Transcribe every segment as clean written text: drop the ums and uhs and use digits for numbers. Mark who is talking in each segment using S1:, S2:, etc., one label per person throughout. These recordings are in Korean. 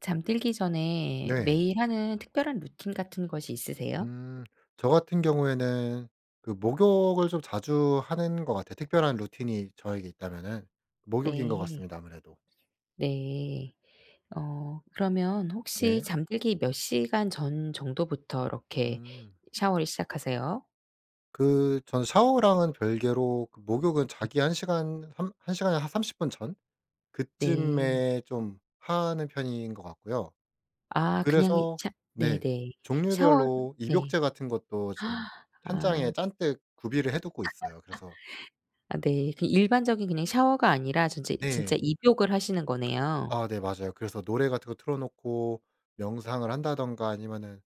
S1: 잠들기 전에
S2: 네.
S1: 매일 하는 특별한 루틴 같은 것이 있으세요?
S2: 음. 저 같은 경우에는 그 목욕을 좀 자주 하는 것 같아요. 특별한 루틴이 저에게 있다면은 목욕인 것
S1: 네.
S2: 같습니다 아무래도.
S1: 네. 그러면 혹시
S2: 네.
S1: 잠들기 몇 시간 전 정도부터 이렇게
S2: 음.
S1: 샤워를 시작하세요?
S2: 그 전 샤워랑은 별개로 그 목욕은
S1: 네.
S2: 자기 1 시간 삼 한 시간에 한 30분 전
S1: 네.
S2: 그쯤에 좀 하는 편인 것 같고요.
S1: 아, 그냥
S2: 그래서
S1: 샤
S2: 네.
S1: 네네. 샤워.
S2: 종류별로
S1: 네.
S2: 입욕제 같은 것도 지금
S1: 아,
S2: 찬장에 잔뜩 구비를 해 두고 있어요. 그래서
S1: 아, 네. 그 일반적인 그냥 샤워가 아니라 전제 진짜
S2: 네.
S1: 입욕을 하시는 거네요.
S2: 아 네 맞아요. 그래서 노래 같은 거 틀어 놓고 명상을 한다든가 아니면은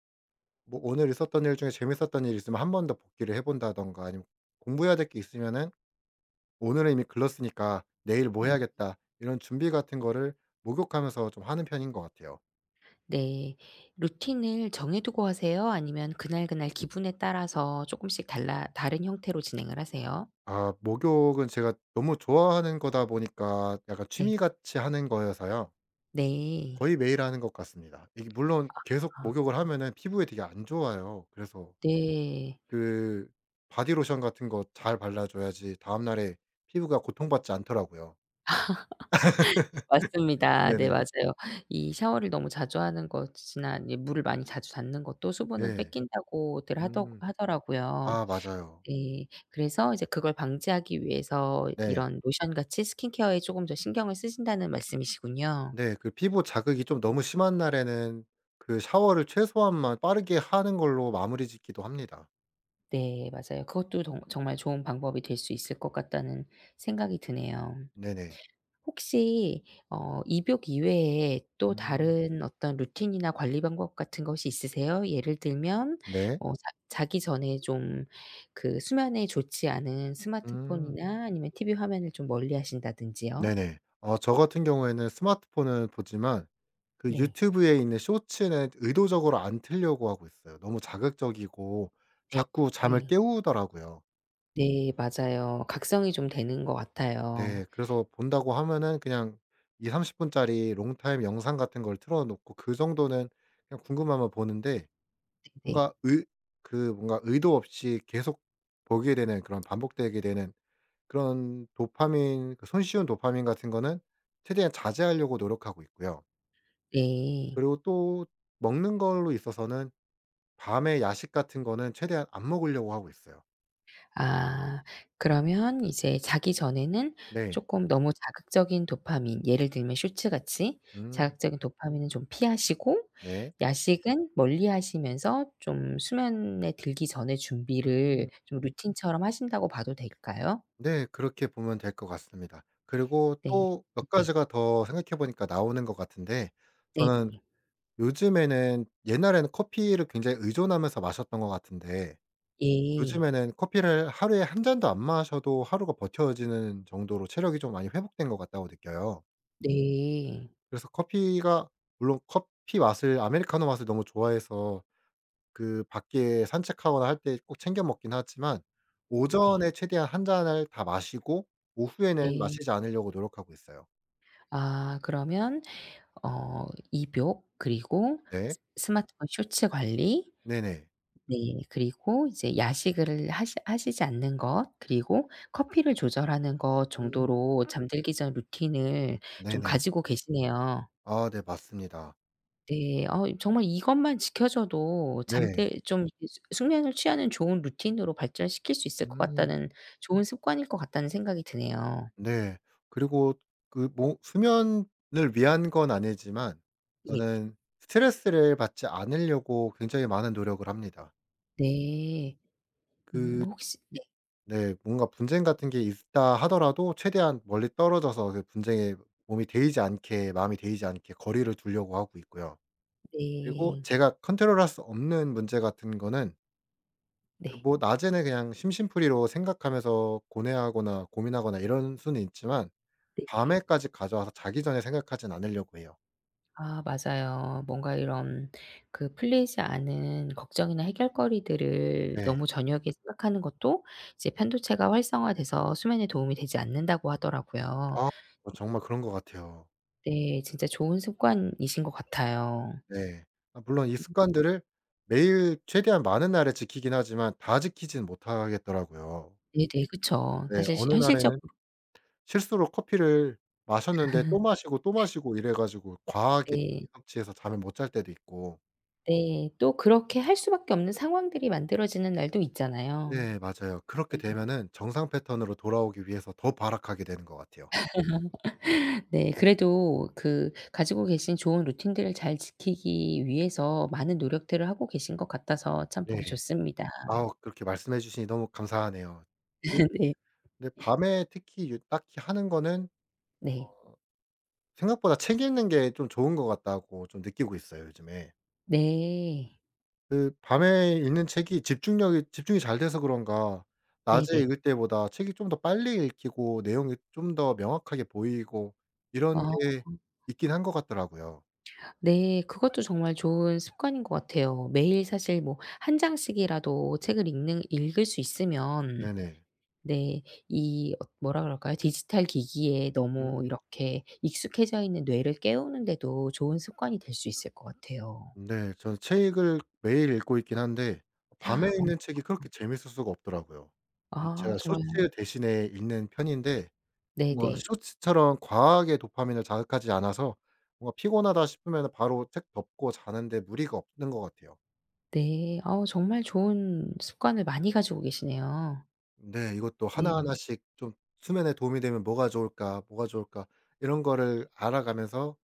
S2: 뭐 오늘 있었던 일 중에 재밌었던 일이 있으면 한 번 더 복기를 해 본다든가 아니면 공부해야 될 게 있으면은 '오늘은 이미 글렀으니까 내일 뭐 해야겠다.' 이런 준비 같은 거를 목욕하면서 좀 하는 편인 것 같아요.
S1: 네. 루틴을 정해두고 하세요? 아니면 그날그날 기분에 따라서 조금씩 달라 다른 형태로 진행을 하세요?
S2: 아 목욕은 제가 너무 좋아하는 거다 보니까 약간
S1: 네.
S2: 취미 같이 하는 거여서요.
S1: 네.
S2: 거의 매일 하는 것 같습니다. 이게 물론 계속
S1: 아,
S2: 목욕을 하면은 피부에 되게 안 좋아요. 그래서
S1: 네.
S2: 그 바디로션 같은 거 잘 발라 줘야지 다음 날에 피부가 고통받지 않더라고요.
S1: 맞습니다. 네,
S2: 네네.
S1: 맞아요. 이 샤워를 너무 자주 하는 것이나 이 물을 많이 자주 닿는 것도 수분을
S2: 네.
S1: 뺏긴다고들 하더
S2: 음.
S1: 하더라고요.
S2: 아 맞아요.
S1: 네. 그래서 이제 그걸 방지하기 위해서
S2: 네.
S1: 이런 로션 같이 스킨케어에 조금 더 신경을 쓰신다는 말씀이시군요.
S2: 네. 그 피부 자극이 좀 너무 심한 날에는 그 샤워를 최소한만 빠르게 하는 걸로 마무리 짓기도 합니다.
S1: 네, 맞아요. 그것도 정 정말 좋은 방법이 될 수 있을 것 같다는 생각이 드네요.
S2: 네네.
S1: 혹시 어 입욕 이외에 또
S2: 음.
S1: 다른 어떤 루틴이나 관리 방법 같은 것이 있으세요? 예를 들면
S2: 네.
S1: 뭐 자 자기 전에 좀 그 수면에 좋지 않은
S2: 음.
S1: 스마트폰이나 아니면 TV 화면을 좀 멀리 하신다든지요.
S2: 네네. 저 같은 경우에는 스마트폰은 보지만 그
S1: 네.
S2: 유튜브에 있는 쇼츠는 의도적으로 안 틀려고 하고 있어요. 너무 자극적이고
S1: 네.
S2: 자꾸 잠을
S1: 네.
S2: 깨우더라고요.
S1: 네, 맞아요. 각성이 좀 되는 것 같아요.
S2: 네. 그래서 본다고 하면은 그냥 2삼3 0 분짜리 롱타임 영상 같은 걸 틀어 놓고 그 정도는 그냥 궁금하면 보는데
S1: 네, 네.
S2: 뭔가 의 그 뭔가 의도 없이 계속 보게 되는 그런 반복되게 되는 그런 도파민 그 손쉬운 도파민 같은 거는 최대한 자제하려고 노력하고 있고요.
S1: 네.
S2: 그리고 또 먹는 걸로 있어서는 밤에 야식 같은 거는 최대한 안 먹으려고 하고 있어요.
S1: 아. 그러면 이제 자기 전에는
S2: 네.
S1: 조금 너무 자극적인 도파민, 예를 들면 쇼츠 같이
S2: 음.
S1: 자극적인 도파민은 좀 피하시고
S2: 네.
S1: 야식은 멀리 하시면서 좀 수면에 들기 전에 준비를
S2: 음.
S1: 좀 루틴처럼 하신다고 봐도 될까요?
S2: 네. 그렇게 보면 될 것 같습니다. 그리고
S1: 네.
S2: 또 몇
S1: 네네.
S2: 가지가 더 생각해 보니까 나오는 것 같은데
S1: 네.
S2: 저는 요즘에는 옛날에는 커피를 굉장히 의존하면서 마셨던 것 같은데
S1: 예.
S2: 요즘에는 커피를 하루에 한 잔도 안 마셔도 하루가 버텨지는 정도로 체력이 좀 많이 회복된 것 같다고 느껴요.
S1: 네.
S2: 그래서 커피가 물론 커피 맛을 아메리카노 맛을 너무 좋아해서 그 밖에 산책하거나 할 때 꼭 챙겨 먹긴 하지만
S1: 네네. 네.
S2: 오전에 최대한 한 잔을 다 마시고 오후에는
S1: 네.
S2: 마시지 않으려고 노력하고 있어요.
S1: 아, 그러면 어 입욕 그리고
S2: 네.
S1: 스 스마트폰 쇼츠 관리.
S2: 네네.
S1: 네. 그리고 이제 야식을 하시지 않는 것, 그리고 커피를 조절하는 것
S2: 음
S1: 정도로 잠들기 전 루틴을 좀
S2: 네네.
S1: 가지고 계시네요.
S2: 아 네 맞습니다.
S1: 네. 정말 이것만 지켜져도
S2: 네.
S1: 잠들 좀 이렇게 숙 숙면을 취하는 좋은 루틴으로 발전시킬 수 있을 것
S2: 음
S1: 같다는, 좋은 습관일 것 같다는 생각이 드네요.
S2: 네. 그리고 그 뭐 수면을 위한 건 아니지만
S1: 예.
S2: 저는 스트레스를 받지 않으려고 굉장히 많은 노력을 합니다.
S1: 네.
S2: 그
S1: 혹시 네
S2: 네. 뭔가 분쟁 같은 게 있다 하더라도 최대한 멀리 떨어져서 그 분쟁에 몸이 데이지 않게 마음이 데이지 않게 거리를 두려고 하고 있고요. 그리고
S1: 네.
S2: 제가 컨트롤할 수 없는 문제 같은 거는 그
S1: 네.
S2: 뭐 낮에는 그냥 심심풀이로 생각하면서 고뇌하거나 고민하거나 이런 수는 있지만
S1: 네.
S2: 밤에까지 가져와서 자기 전에 생각하진 않으려고 해요.
S1: 아, 맞아요. 뭔가 이런 그 풀리지 않은 걱정이나 해결거리들을
S2: 네.
S1: 너무 저녁에 생각하는 것도 이제 편도체가 활성화돼서 수면에 도움이 되지 않는다고 하더라고요.
S2: 아 정말 그런 것 같아요.
S1: 네. 진짜 좋은 습관이신 것 같아요.
S2: 네. 아 물론 이 습관들을 매일 최대한 많은 날에 지키긴 하지만 다 지키진 못하겠더라고요.
S1: 네네. 그쵸.
S2: 네.
S1: 사실 시
S2: 어느
S1: 현실적.
S2: 날에는 실수로 커피를 마셨는데 또 마시고, 또 마시고 이래 가지고 과하게
S1: 네.
S2: 섭취해서 잠을 못 잘 때도 있고.
S1: 네. 또 그렇게 할 수밖에 없는 상황들이 만들어지는 날도 있잖아요.
S2: 네. 맞아요. 그렇게
S1: 네.
S2: 되면은 정상 패턴으로 돌아오기 위해서 더 발악하게 되는 것 같아요.
S1: 네. 그래도 그 가지고 계신 좋은 루틴들을 잘 지키기 위해서 많은 노력들을 하고 계신 것 같아서 참 보기
S2: 네.
S1: 좋습니다.
S2: 아우 그렇게 말씀해 주시니 너무 감사하네요. 그
S1: 네.
S2: 근데 밤에 특히 유 딱히 하는 거는
S1: 네.
S2: 어 생각보다 책 읽는 게 좀 좋은 것 같다고 좀 느끼고 있어요 요즘에.
S1: 네.
S2: 그 밤에 읽는 책이 집중력이 집중이 잘 돼서 그런가 낮에
S1: 네네.
S2: 읽을 때보다 책이 좀 더 빨리 읽히고 내용이 좀 더 명확하게 보이고 이런
S1: 아,
S2: 게 있긴 한 것 같더라고요.
S1: 네. 그것도 정말 좋은 습관인 것 같아요. 매일 사실 뭐 한 장씩이라도 책을 읽는 읽을 수 있으면,
S2: 네네.
S1: 네. 이 뭐라 그럴까요? 디지털 기기에
S2: 음
S1: 너무 이렇게 익숙해져 있는 뇌를 깨우는데도 좋은 습관이 될 수 있을 것 같아요.
S2: 네. 저는 책을 매일 읽고 있긴 한데 밤에
S1: 어
S2: 읽는 책이 그렇게 재밌을 수가 없더라고요. 이
S1: 아,
S2: 제가
S1: 정말.
S2: 쇼츠 대신에 읽는 편인데 뭔가
S1: 네네.
S2: 쇼츠처럼 과하게 도파민을 자극하지 않아서 뭔가 피곤하다 싶으면 바로 책 덮고 자는데 무리가 없는 것 같아요.
S1: 네. 어, 정말 좋은 습관을 많이 가지고 계시네요.
S2: 네. 이것도
S1: 네.
S2: 하나하나씩 좀 '수면에 도움이 되면 뭐가 좋을까? 뭐가 좋을까?' 이런 거를 알아가면서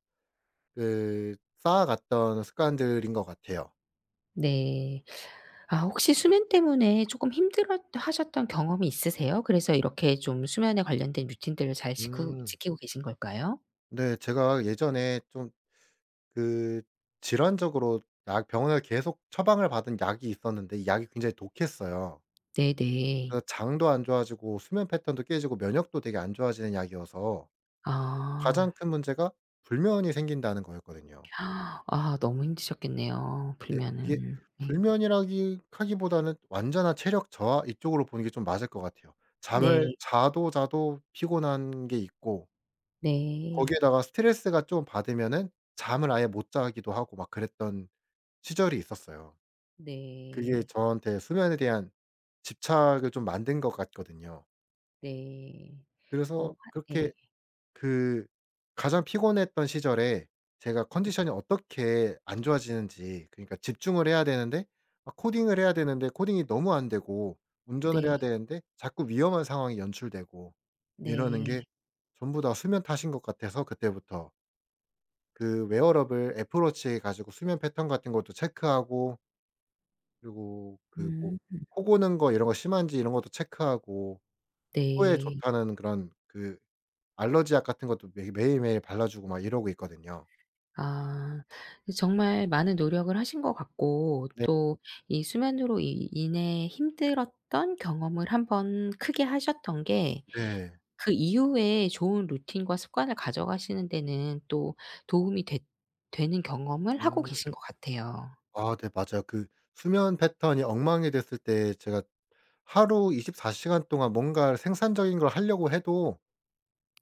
S2: 그 쌓아갔던 습관들인 것 같아요.
S1: 네. 아, 혹시 수면 때문에 쪼끔 힘들었 하셨던 경험이 있으세요? 그래서 이렇게 좀 수면에 관련된 루틴들을 잘 지쿠
S2: 음.
S1: 지키고 계신 걸까요?
S2: 네. 제가 예전에 좀 그 질환적으로 약 병원에서 계속 처방을 받은 약이 있었는데 이 약이 굉장히 독했어요.
S1: 네네.
S2: 그래서 장도 안 좋아지고 수면 패턴도 깨지고 면역도 되게 안 좋아지는 약이어서
S1: 아.
S2: 가장 큰 문제가 불면이 생긴다는 거였거든요.
S1: 아, 너무 힘드셨겠네요, 불
S2: 네.
S1: 면
S2: 이게
S1: 은 네.
S2: 불면이라기 하기보다는 완전한 체력 저하 이쪽으로 보는 게 좀 맞을 것 같아요. 음. 잠을
S1: 네.
S2: 자도 자도 피곤한 게 있고
S1: 네.
S2: 거기에다가 스트레스가 좀 받으면은 잠을 아예 못 자기도 하고 막 그랬던 시절이 있었어요. 그게
S1: 네.
S2: 저한테 수면에 대한 집착을 좀 만든 것 같거든요.
S1: 네. 어
S2: 그래서
S1: 하 예.
S2: 그렇게 그 가장 피곤했던 시절에 제가 컨디션이 어떻게 안 좋아지는지 그러니까 집중을 해야 되는데 막 코딩을 해야 되는데 코딩이 너무 안 되고 운전을
S1: 네.
S2: 해야 되는데 자꾸 위험한 상황이 연출되고 이러는
S1: 네.
S2: 게 전부 다 수면 탓인 것 같아서 그때부터 그 웨어러블 애플 워치 가지고 수면 패턴 같은 것도 체크하고 그리고 그 뭐
S1: 음.
S2: 코 고는 거 이런 거 심한지 이런 것도 체크하고 코에
S1: 네.
S2: 좋다는 그런 그 알러지약 같은 것도 매 매일매일 발라 주고 막 이러고 있거든요.
S1: 아. 그 정말 많은 노력을 하신 것 같고,
S2: 네.
S1: 또 이 수면으로 이 인해 힘들었던 경험을 한번 크게 하셨던 게
S2: 네.
S1: 그 이후에 좋은 루틴과 습관을 가져가시는 데는 또 도움이 되는 경험을 하고
S2: 음.
S1: 계신 것 같아요.
S2: 아 네 맞아요. 그 수면 패턴이 엉망이 됐을 때 제가 하루 24 시간 동안 뭔가 생산적인 걸 하려고 해도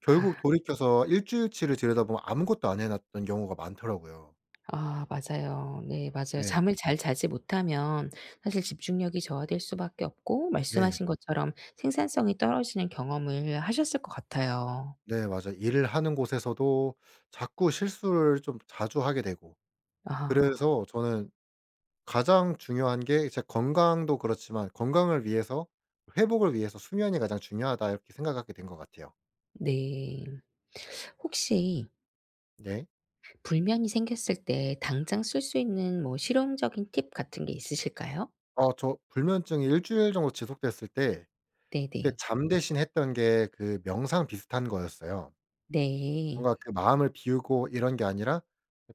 S2: 결국
S1: 아.
S2: 돌이켜서 일 주일치를 들여다보면 아무것도 안 해 놨던 경우가 많더라고요.
S1: 아, 맞아요. 네, 맞아요.
S2: 네.
S1: 잠을 잘 자지 못하면 사실 집중력이 저하될 수밖에 없고,
S2: 네.
S1: 말씀하신 것처럼 생산성이 떨어지는 경험을 하셨을 것 같아요.
S2: 네 맞아요. 일을 하는 곳에서도 자꾸 실수를 좀 자주 하게 되고
S1: 아.
S2: 그래서 저는 가장 중요한 게 제 건강도 그렇지만 '건강을 위해서 회복을 위해서 수면이 가장 중요하다.' 이렇게 생각하게 된 것 같아요.
S1: 네. 혹시
S2: 네.
S1: 불면이 생겼을 때 당장 쓸 수 있는 뭐 실용적인 팁 같은 게 있으실까요?
S2: 저 불면증이 일 주일 정도 지속됐을 때 그때
S1: 네네.
S2: 잠 대신 했던 게 그 명상 비슷한 거였어요.
S1: 네.
S2: 뭔가 그 마음을 비우고 이런 게 아니라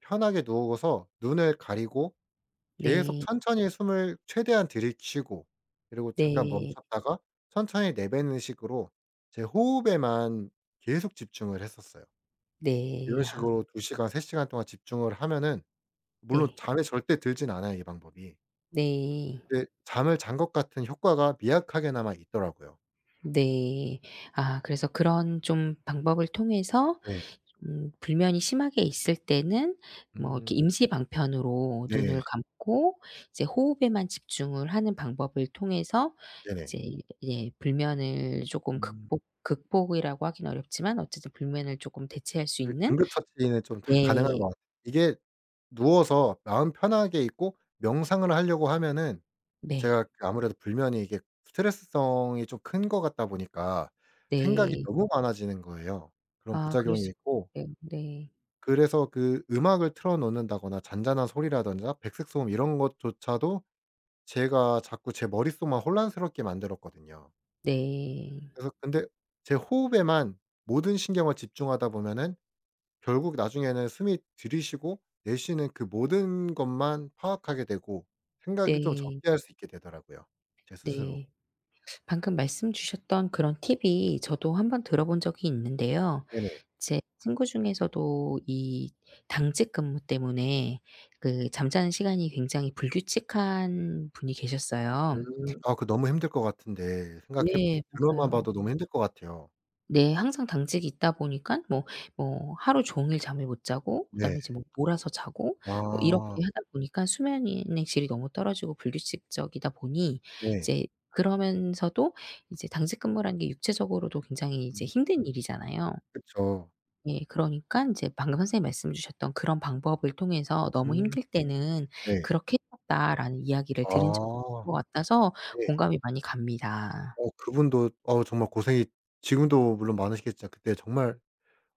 S2: 편하게 누워서 눈을 가리고 계속
S1: 네.
S2: 천천히 숨을 최대한 들이쉬고 그리고 잠깐
S1: 네.
S2: 멈췄다가 천천히 내뱉는 식으로 제 호흡에만 계속 집중을 했었어요.
S1: 네.
S2: 이런
S1: 아,
S2: 식으로 2 시간 3 시간 동안 집중을 하면은 물론
S1: 네.
S2: 잠에 절대 들진 않아요, 이 방법이.
S1: 네.
S2: 근데 잠을 잔 것 같은 효과가 미약하게나마 있더라고요.
S1: 네. 아, 그래서 그런 좀 방법을 통해서
S2: 네.
S1: 불면이 심하게 있을 때는 뭐 이렇게
S2: 음.
S1: 임시 방편으로 눈을
S2: 네.
S1: 감고 이제 호흡에만 집중을 하는 방법을 통해서
S2: 네네.
S1: 이제 예 불면을 조금
S2: 음.
S1: 극복, 극복이라고 하긴 어렵지만 어쨌든 불면을 조금 대체할 수
S2: 그
S1: 있는.
S2: 응급처치는 좀 다 가능한
S1: 예.
S2: 것 같아요. 이게 누워서 마음 편하게 있고 명상을 하려고 하면은
S1: 네.
S2: 제가 그 아무래도 불면이 이게 스트레스성이 좀 큰 것 같다 보니까 생각이
S1: 네.
S2: 너무 많아지는 거예요. 그런
S1: 아, 그럴
S2: 부작용이
S1: 수.
S2: 있고
S1: 네. 네.
S2: 그래서 그 음악을 틀어 놓는다거나 잔잔한 소리라든가 백색 소음 이런 것조차도 제가 자꾸 제 머릿속만 혼란스럽게 만들었거든요.
S1: 네.
S2: 그래서 근데 제 호흡에만 모든 신경을 집중하다 보면은 결국 나중에는 숨이 들이쉬고 내쉬는 그 모든 것만 파악하게 되고 생각이 좀
S1: 네.
S2: 적게 할 수 있게 되더라고요 제 스스로.
S1: 네. 방금 말씀 주셨던 그런 팁이 저도 한번 들어본 적이 있는데요.
S2: 네네.
S1: 제 친구 중에서도 이 당직 근무 때문에 그 잠자는 시간이 굉장히 불규칙한 분이 계셨어요.
S2: 음. 아 그 너무 힘들 것 같은데 생각해
S1: 네,
S2: 들어만
S1: 맞아요.
S2: 봐도 너무 힘들 것 같아요.
S1: 네. 항상 당직이 있다 보니까 뭐 하루 종일 잠을 못 자고
S2: 네.
S1: 그다음에 이제 뭐 몰아서 자고, 뭐
S2: 아.
S1: 이렇게 하다 보니까 수면의 질이 너무 떨어지고 불규칙적이다 보니
S2: 네.
S1: 이제 그러면서도 이제 당직 근무라는 게 육체적으로도 굉장히 이제
S2: 음.
S1: 힘든 일이잖아요.
S2: 그쵸.
S1: 예. 그러니까 이제 방금 선생님이 말씀 주셨던 그런 방법을 통해서 "너무
S2: 음.
S1: 힘들 때는
S2: 네.
S1: 그렇게 했다라는 이야기를 들은 적이
S2: 아.
S1: 있는 것 같아서
S2: 네.
S1: 공감이 많이 갑니다.
S2: 네. 그분도 정말 고생이 지금도 물론 많으시겠지만 그때 정말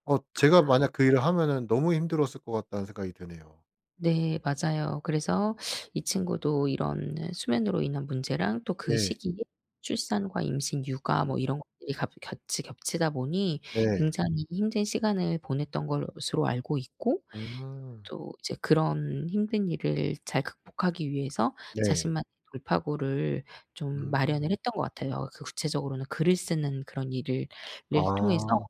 S2: 제가 만약 그 일을 하면은 너무 힘들었을 것 같다는 생각이 드네요.
S1: 네, 맞아요. 그래서 이 친구도 이런 수면으로 인한 문제랑 또 그
S2: 네.
S1: 시기에 출산과 임신, 육아
S2: 음.
S1: 뭐 이런 것들이 갑 같이 겹치다 보니
S2: 네.
S1: 굉장히 힘든 시간을 보냈던 것으로 알고 있고,
S2: 음.
S1: 또 이제 그런 힘든 일을 잘 극복하기 위해서
S2: 네.
S1: 자신만의 돌파구를 좀
S2: 음.
S1: 마련을 했던 것 같아요. 그 구체적으로는 글을 쓰는 그런 일을 를 통해서,
S2: 아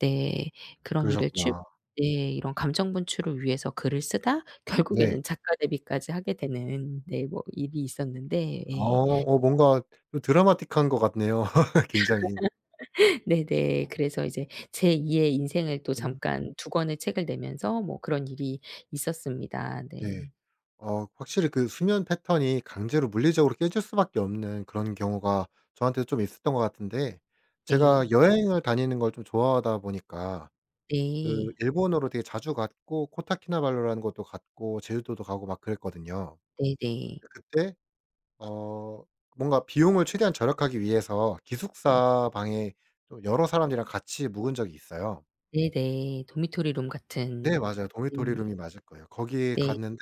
S1: 네. 그런 일을 추
S2: 그러셨구나.
S1: 네. 이런 감정 분출을 위해서 글을 쓰다
S2: 네.
S1: 결국에는 작가 데뷔까지 하게 되는, 네, 뭐 일이 있었는데. 예.
S2: 뭔가 좀 드라마틱한 것 같네요 굉장히.
S1: 네네. 그래서 이제 제2의 인생을 또
S2: 음.
S1: 잠깐 두 권의 책을 내면서 뭐 그런 일이 있었습니다.
S2: 네.
S1: 네.
S2: 확실히 그 수면 패턴이 강제로 물리적으로 깨질 수밖에 없는 그런 경우가 저한테도 좀 있었던 것 같은데 제가 네.
S1: 네.
S2: 여행을 다니는 걸 좀 좋아하다 보니까 그
S1: 네.
S2: 일본으로 되게 자주 갔고 코타키나발루라는 곳도 갔고 제주도도 가고 막 그랬거든요.
S1: 네네.
S2: 그때 어 뭔가 비용을 최대한 절약하기 위해서
S1: 네.
S2: 기숙사 방에 좀 여러 사람들이랑 같이 묵은 적이 있어요.
S1: 네네. 도미토리 룸
S2: 네
S1: 같은.
S2: 맞아요.
S1: 네.
S2: 도미토리 룸이 맞을 거예요. 거기
S1: 네.
S2: 갔는데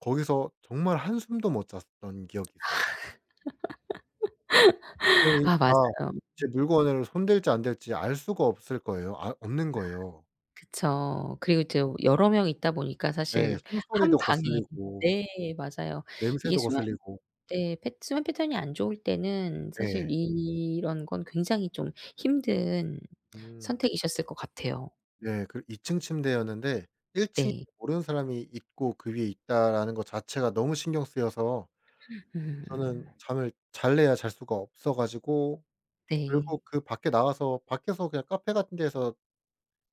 S2: 거기서 정말 한숨도 못 잤던 기억이 있습니다. 근데 이
S1: 아,
S2: 다
S1: 맞아요.
S2: 제 물건을 손댈지 안 댈지 알 수가 없을 거예요. 아 없는 거예요.
S1: 그쵸. 그리고 이제 여러 명 있다 보니까
S2: 네.
S1: 사실 한
S2: 숨소리도
S1: 방에,
S2: 거슬리고
S1: 네, 맞아요. 이게
S2: 냄새도
S1: 수면,
S2: 거슬리고.
S1: 네, 패 수면 패턴이 안 좋을 때는 사실
S2: 네.
S1: 이런 건 굉장히 좀 힘든
S2: 음.
S1: 선택이셨을 것 같아요.
S2: 네. 그 2 층 침대였는데 1 층에
S1: 네.
S2: 모르는 사람이 있고 그 위에 있다라는 것 자체가 너무 신경 쓰여서 저는
S1: 음.
S2: 잠을 잘래야 잘 수가 없어 가지고
S1: 네.
S2: 결국 그 밖에 나가서 밖에서 그냥 카페 같은 데서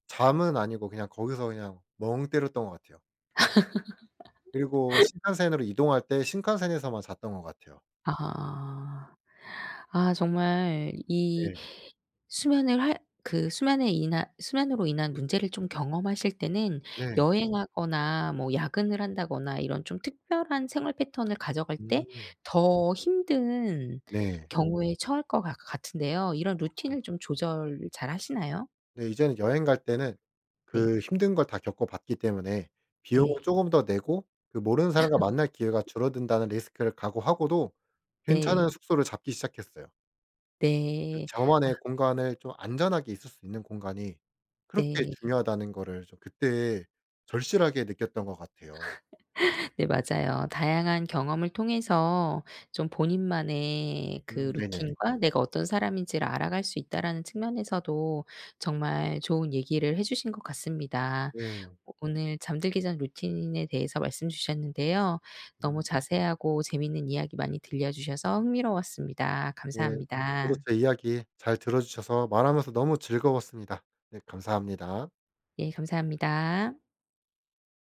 S2: 잠은 아니고 그냥 거기서 그냥 멍 때렸던 것 같아요. 그리고 신칸센으로 이동할 때 신칸센에서만 잤던 것 같아요.
S1: 아. 아, 정말 이
S2: 네.
S1: 수면을 할 그 수면에 인한 수면으로 인한
S2: 음.
S1: 문제를 좀 경험하실 때는
S2: 네.
S1: 여행하거나 뭐 야근을 한다거나 이런 좀 특별한 생활 패턴을 가져갈 때
S2: 음.
S1: 더 힘든
S2: 네.
S1: 경우에 처할 것 같 같은데요. 이런 루틴을 좀 조절 잘 하시나요?
S2: 근데 이제는 여행 갈 때는
S1: 네.
S2: 그 힘든 걸 다 겪어 봤기 때문에 비용을
S1: 네.
S2: 쪼금 더 내고 그 모르는 사람과 만날 기회가 줄어든다는 리스크를 각오하고도
S1: 네.
S2: 괜찮은 숙소를 잡기 시작했어요. 그
S1: 네. 아,
S2: 저만의 공간을 좀 안전하게 있을 수 있는 공간이 그렇게
S1: 네.
S2: 중요하다는 거를 좀 그때 절실하게 느꼈던 것 같아요.
S1: 네, 맞아요. 다양한 경험을 통해서 좀 본인만의 그
S2: 음. 네네.
S1: 루틴과 내가 어떤 사람인지를 알아갈 수 있다라는 측면에서도 정말 좋은 얘기를 해 주신 것 같습니다.
S2: 네.
S1: 오늘 잠들기 전 루틴에 대해서 말씀 주셨는데요. 너무
S2: 음.
S1: 자세하고 재미있는 이야기 많이 들려 주셔서 흥미로웠습니다.
S2: 네. 저도
S1: 감사합니다.
S2: 제 이야기 잘 들어 주셔서 말하면서 너무 즐거웠습니다. 네 감사합니다.
S1: 예, 감사합니다.